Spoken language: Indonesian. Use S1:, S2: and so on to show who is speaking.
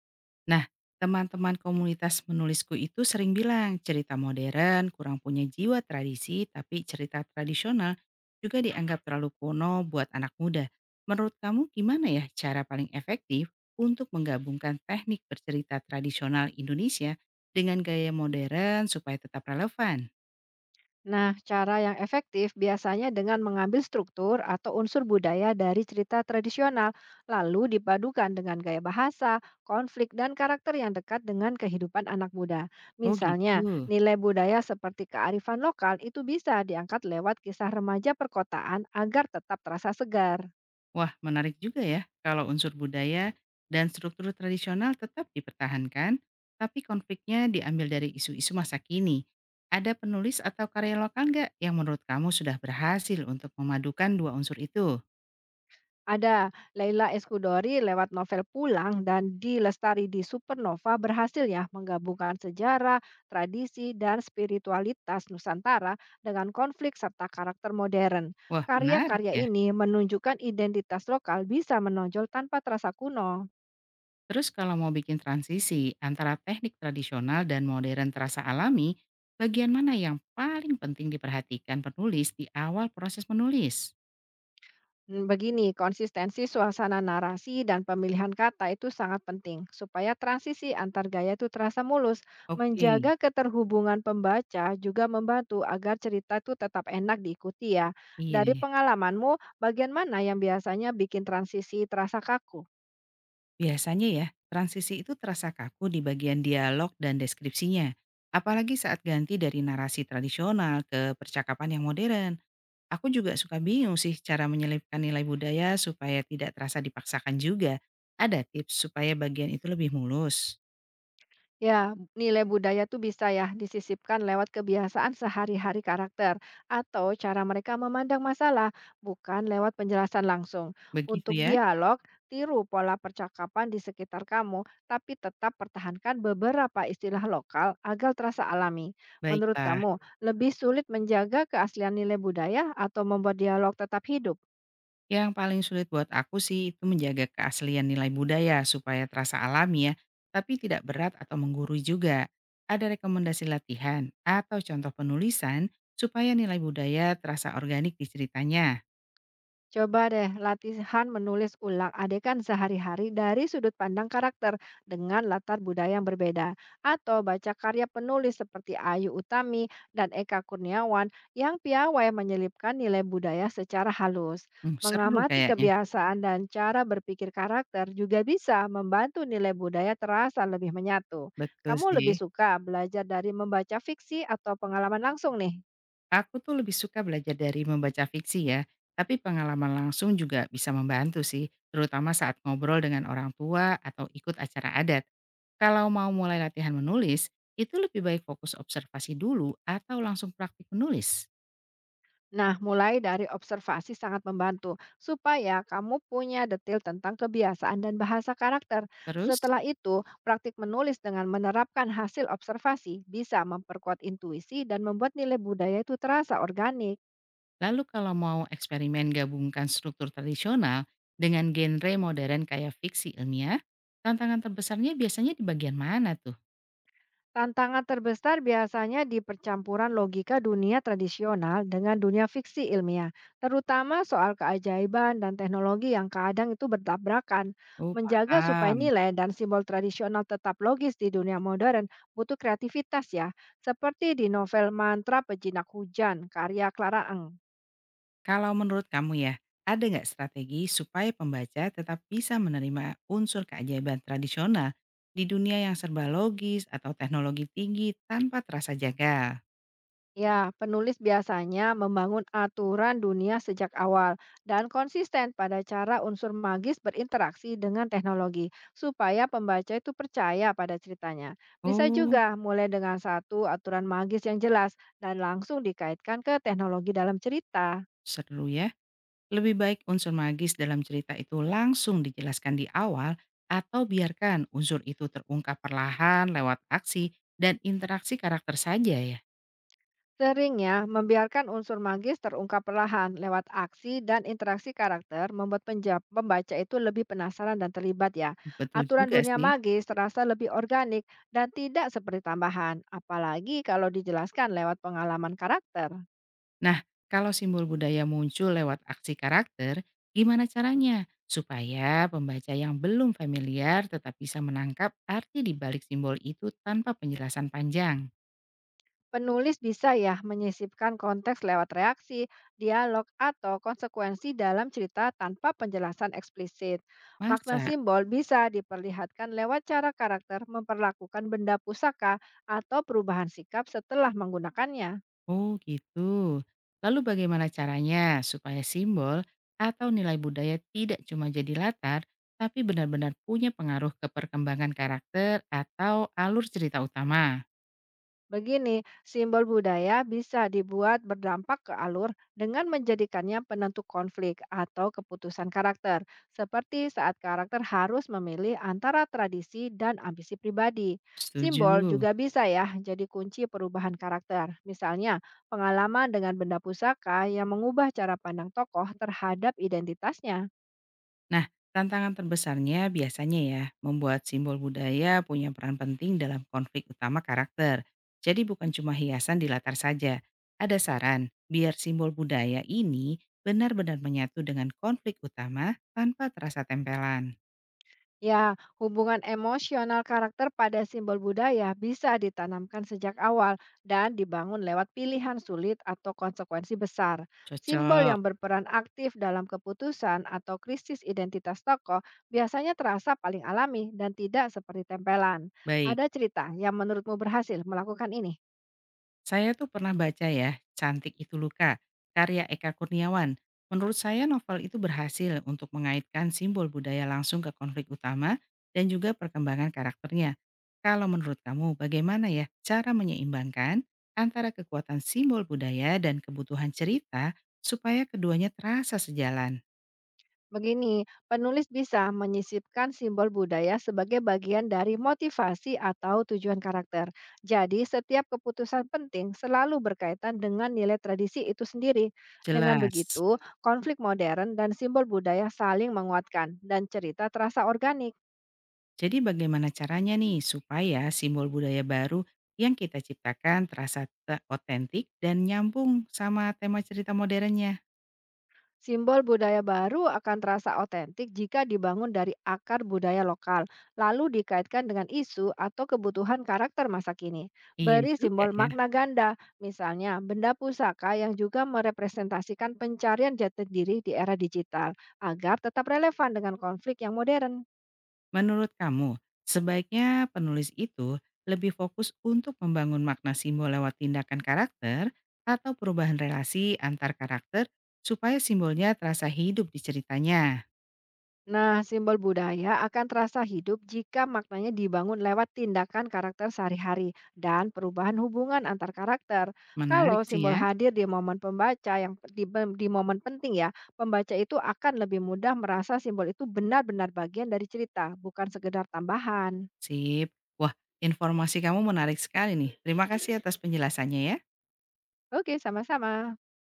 S1: Nah, teman-teman komunitas menulisku itu sering bilang cerita modern kurang punya jiwa tradisi, tapi cerita tradisional juga dianggap terlalu kuno buat anak muda. Menurut kamu gimana ya cara paling efektif untuk menggabungkan teknik bercerita tradisional Indonesia dengan gaya modern supaya tetap relevan?
S2: Nah, cara yang efektif biasanya dengan mengambil struktur atau unsur budaya dari cerita tradisional, lalu dipadukan dengan gaya bahasa, konflik, dan karakter yang dekat dengan kehidupan anak muda.
S1: Oh
S2: Misalnya,
S1: gitu.
S2: nilai budaya seperti kearifan lokal itu bisa diangkat lewat kisah remaja perkotaan agar tetap terasa segar.
S1: Wah, menarik juga ya kalau unsur budaya dan struktur tradisional tetap dipertahankan, tapi konfliknya diambil dari isu-isu masa kini. Ada penulis atau karya lokal nggak yang menurut kamu sudah berhasil untuk memadukan dua unsur itu?
S2: Ada Laila Eskudori lewat novel Pulang dan Di Lestari di Supernova berhasil ya menggabungkan sejarah, tradisi, dan spiritualitas Nusantara dengan konflik serta karakter modern.
S1: Wah, menarik
S2: Karya-karya
S1: ya.
S2: ini menunjukkan identitas lokal bisa menonjol tanpa terasa kuno.
S1: Terus kalau mau bikin transisi antara teknik tradisional dan modern terasa alami, bagian mana yang paling penting diperhatikan penulis di awal proses menulis?
S2: Begini, konsistensi suasana narasi dan pemilihan kata itu sangat penting supaya transisi antar gaya itu terasa mulus.
S1: Oke,
S2: Menjaga keterhubungan pembaca juga membantu agar cerita itu tetap enak diikuti ya.
S1: iya
S2: Dari
S1: ya.
S2: pengalamanmu, bagian mana yang biasanya bikin transisi terasa kaku?
S1: Biasanya ya, transisi itu terasa kaku di bagian dialog dan deskripsinya. Apalagi saat ganti dari narasi tradisional ke percakapan yang modern. Aku juga suka bingung sih cara menyelipkan nilai budaya supaya tidak terasa dipaksakan juga. Ada tips supaya bagian itu lebih mulus.
S2: Ya, nilai budaya tuh bisa ya disisipkan lewat kebiasaan sehari-hari karakter atau cara mereka memandang masalah, bukan lewat penjelasan langsung.
S1: Begitu
S2: Untuk
S1: ya?
S2: dialog, tiru pola percakapan di sekitar kamu, tapi tetap pertahankan beberapa istilah lokal agar terasa alami. Menurut
S1: Baiklah.
S2: kamu, lebih sulit menjaga keaslian nilai budaya atau membuat dialog tetap hidup?
S1: Yang paling sulit buat aku sih itu menjaga keaslian nilai budaya supaya terasa alami ya, tapi tidak berat atau menggurui juga. Ada rekomendasi latihan atau contoh penulisan supaya nilai budaya terasa organik di ceritanya.
S2: Coba deh latihan menulis ulang adegan sehari-hari dari sudut pandang karakter dengan latar budaya yang berbeda. Atau baca karya penulis seperti Ayu Utami dan Eka Kurniawan yang piawai menyelipkan nilai budaya secara halus.
S1: Hmm, seru
S2: Mengamati
S1: kayaknya.
S2: kebiasaan dan cara berpikir karakter juga bisa membantu nilai budaya terasa lebih menyatu.
S1: Betul
S2: Kamu
S1: sih.
S2: lebih suka belajar dari membaca fiksi atau pengalaman langsung nih?
S1: Aku tuh lebih suka belajar dari membaca fiksi ya, tapi pengalaman langsung juga bisa membantu sih, terutama saat ngobrol dengan orang tua atau ikut acara adat. Kalau mau mulai latihan menulis, itu lebih baik fokus observasi dulu atau langsung praktik menulis.
S2: Nah, mulai dari observasi sangat membantu supaya kamu punya detail tentang kebiasaan dan bahasa karakter.
S1: Terus,
S2: Setelah itu, praktik menulis dengan menerapkan hasil observasi bisa memperkuat intuisi dan membuat nilai budaya itu terasa organik.
S1: lalu kalau mau eksperimen gabungkan struktur tradisional dengan genre modern kayak fiksi ilmiah, tantangan terbesarnya biasanya di bagian mana tuh?
S2: Tantangan terbesar biasanya di percampuran logika dunia tradisional dengan dunia fiksi ilmiah, terutama soal keajaiban dan teknologi yang kadang itu bertabrakan.
S1: Oh,
S2: Menjaga supaya
S1: paham.
S2: nilai dan simbol tradisional tetap logis di dunia modern butuh kreativitas ya, seperti di novel Mantra Pejinak Hujan karya Clara Eng.
S1: Kalau menurut kamu ya, ada nggak strategi supaya pembaca tetap bisa menerima unsur keajaiban tradisional di dunia yang serba logis atau teknologi tinggi tanpa terasa jaga?
S2: Ya, penulis biasanya membangun aturan dunia sejak awal dan konsisten pada cara unsur magis berinteraksi dengan teknologi, supaya pembaca itu percaya pada ceritanya. Bisa
S1: Oh,
S2: juga mulai dengan satu aturan magis yang jelas dan langsung dikaitkan ke teknologi dalam cerita.
S1: seru ya. Lebih baik unsur magis dalam cerita itu langsung dijelaskan di awal atau biarkan unsur itu terungkap perlahan lewat aksi dan interaksi karakter saja ya.
S2: Seringnya, membiarkan unsur magis terungkap perlahan lewat aksi dan interaksi karakter membuat pembaca itu lebih penasaran dan terlibat ya.
S1: Betul
S2: Aturan
S1: juga
S2: dunia
S1: sih.
S2: magis terasa lebih organik dan tidak seperti tambahan, apalagi kalau dijelaskan lewat pengalaman karakter.
S1: Nah, kalau simbol budaya muncul lewat aksi karakter, gimana caranya supaya pembaca yang belum familiar tetap bisa menangkap arti di balik simbol itu tanpa penjelasan panjang?
S2: Penulis bisa ya menyisipkan konteks lewat reaksi, dialog, atau konsekuensi dalam cerita tanpa penjelasan eksplisit. Makna
S1: Masa?
S2: simbol bisa diperlihatkan lewat cara karakter memperlakukan benda pusaka atau perubahan sikap setelah menggunakannya.
S1: Oh, gitu. Lalu bagaimana caranya supaya simbol atau nilai budaya tidak cuma jadi latar, tapi benar-benar punya pengaruh ke perkembangan karakter atau alur cerita utama?
S2: Begini, simbol budaya bisa dibuat berdampak ke alur dengan menjadikannya penentu konflik atau keputusan karakter, seperti saat karakter harus memilih antara tradisi dan ambisi pribadi.
S1: Setuju.
S2: Simbol juga bisa ya jadi kunci perubahan karakter. Misalnya, pengalaman dengan benda pusaka yang mengubah cara pandang tokoh terhadap identitasnya.
S1: Nah, tantangan terbesarnya biasanya ya, membuat simbol budaya punya peran penting dalam konflik utama karakter. Jadi bukan cuma hiasan di latar saja. Ada saran, biar simbol budaya ini benar-benar menyatu dengan konflik utama tanpa terasa tempelan.
S2: Ya, hubungan emosional karakter pada simbol budaya bisa ditanamkan sejak awal dan dibangun lewat pilihan sulit atau konsekuensi besar. Simbol
S1: Cocok,
S2: yang berperan aktif dalam keputusan atau krisis identitas tokoh biasanya terasa paling alami dan tidak seperti tempelan.
S1: baik.
S2: Ada cerita yang menurutmu berhasil melakukan ini?
S1: Saya tuh pernah baca ya, Cantik Itu Luka, karya Eka Kurniawan. Menurut saya novel itu berhasil untuk mengaitkan simbol budaya langsung ke konflik utama dan juga perkembangan karakternya. Kalau menurut kamu bagaimana ya cara menyeimbangkan antara kekuatan simbol budaya dan kebutuhan cerita supaya keduanya terasa sejalan?
S2: Begini, penulis bisa menyisipkan simbol budaya sebagai bagian dari motivasi atau tujuan karakter. Jadi, setiap keputusan penting selalu berkaitan dengan nilai tradisi itu sendiri. Dengan
S1: Jelas.
S2: begitu, konflik modern dan simbol budaya saling menguatkan dan cerita terasa organik.
S1: Jadi bagaimana caranya nih supaya simbol budaya baru yang kita ciptakan terasa otentik dan nyambung sama tema cerita modernnya?
S2: Simbol budaya baru akan terasa otentik jika dibangun dari akar budaya lokal, lalu dikaitkan dengan isu atau kebutuhan karakter masa kini.
S1: Iya
S2: Beri
S1: juga
S2: simbol
S1: ya.
S2: makna ganda, misalnya benda pusaka yang juga merepresentasikan pencarian jati diri di era digital, agar tetap relevan dengan konflik yang modern.
S1: Menurut kamu, sebaiknya penulis itu lebih fokus untuk membangun makna simbol lewat tindakan karakter atau perubahan relasi antar karakter supaya simbolnya terasa hidup di ceritanya.
S2: Nah, simbol budaya akan terasa hidup jika maknanya dibangun lewat tindakan karakter sehari-hari dan perubahan hubungan antar karakter. Kalau
S1: Menarik sih
S2: simbol
S1: ya.
S2: hadir di momen pembaca yang di momen penting ya, pembaca itu akan lebih mudah merasa simbol itu benar-benar bagian dari cerita, bukan sekedar tambahan.
S1: Sip. Wah, informasi kamu menarik sekali nih. Terima kasih atas penjelasannya ya.
S2: Oke, sama-sama.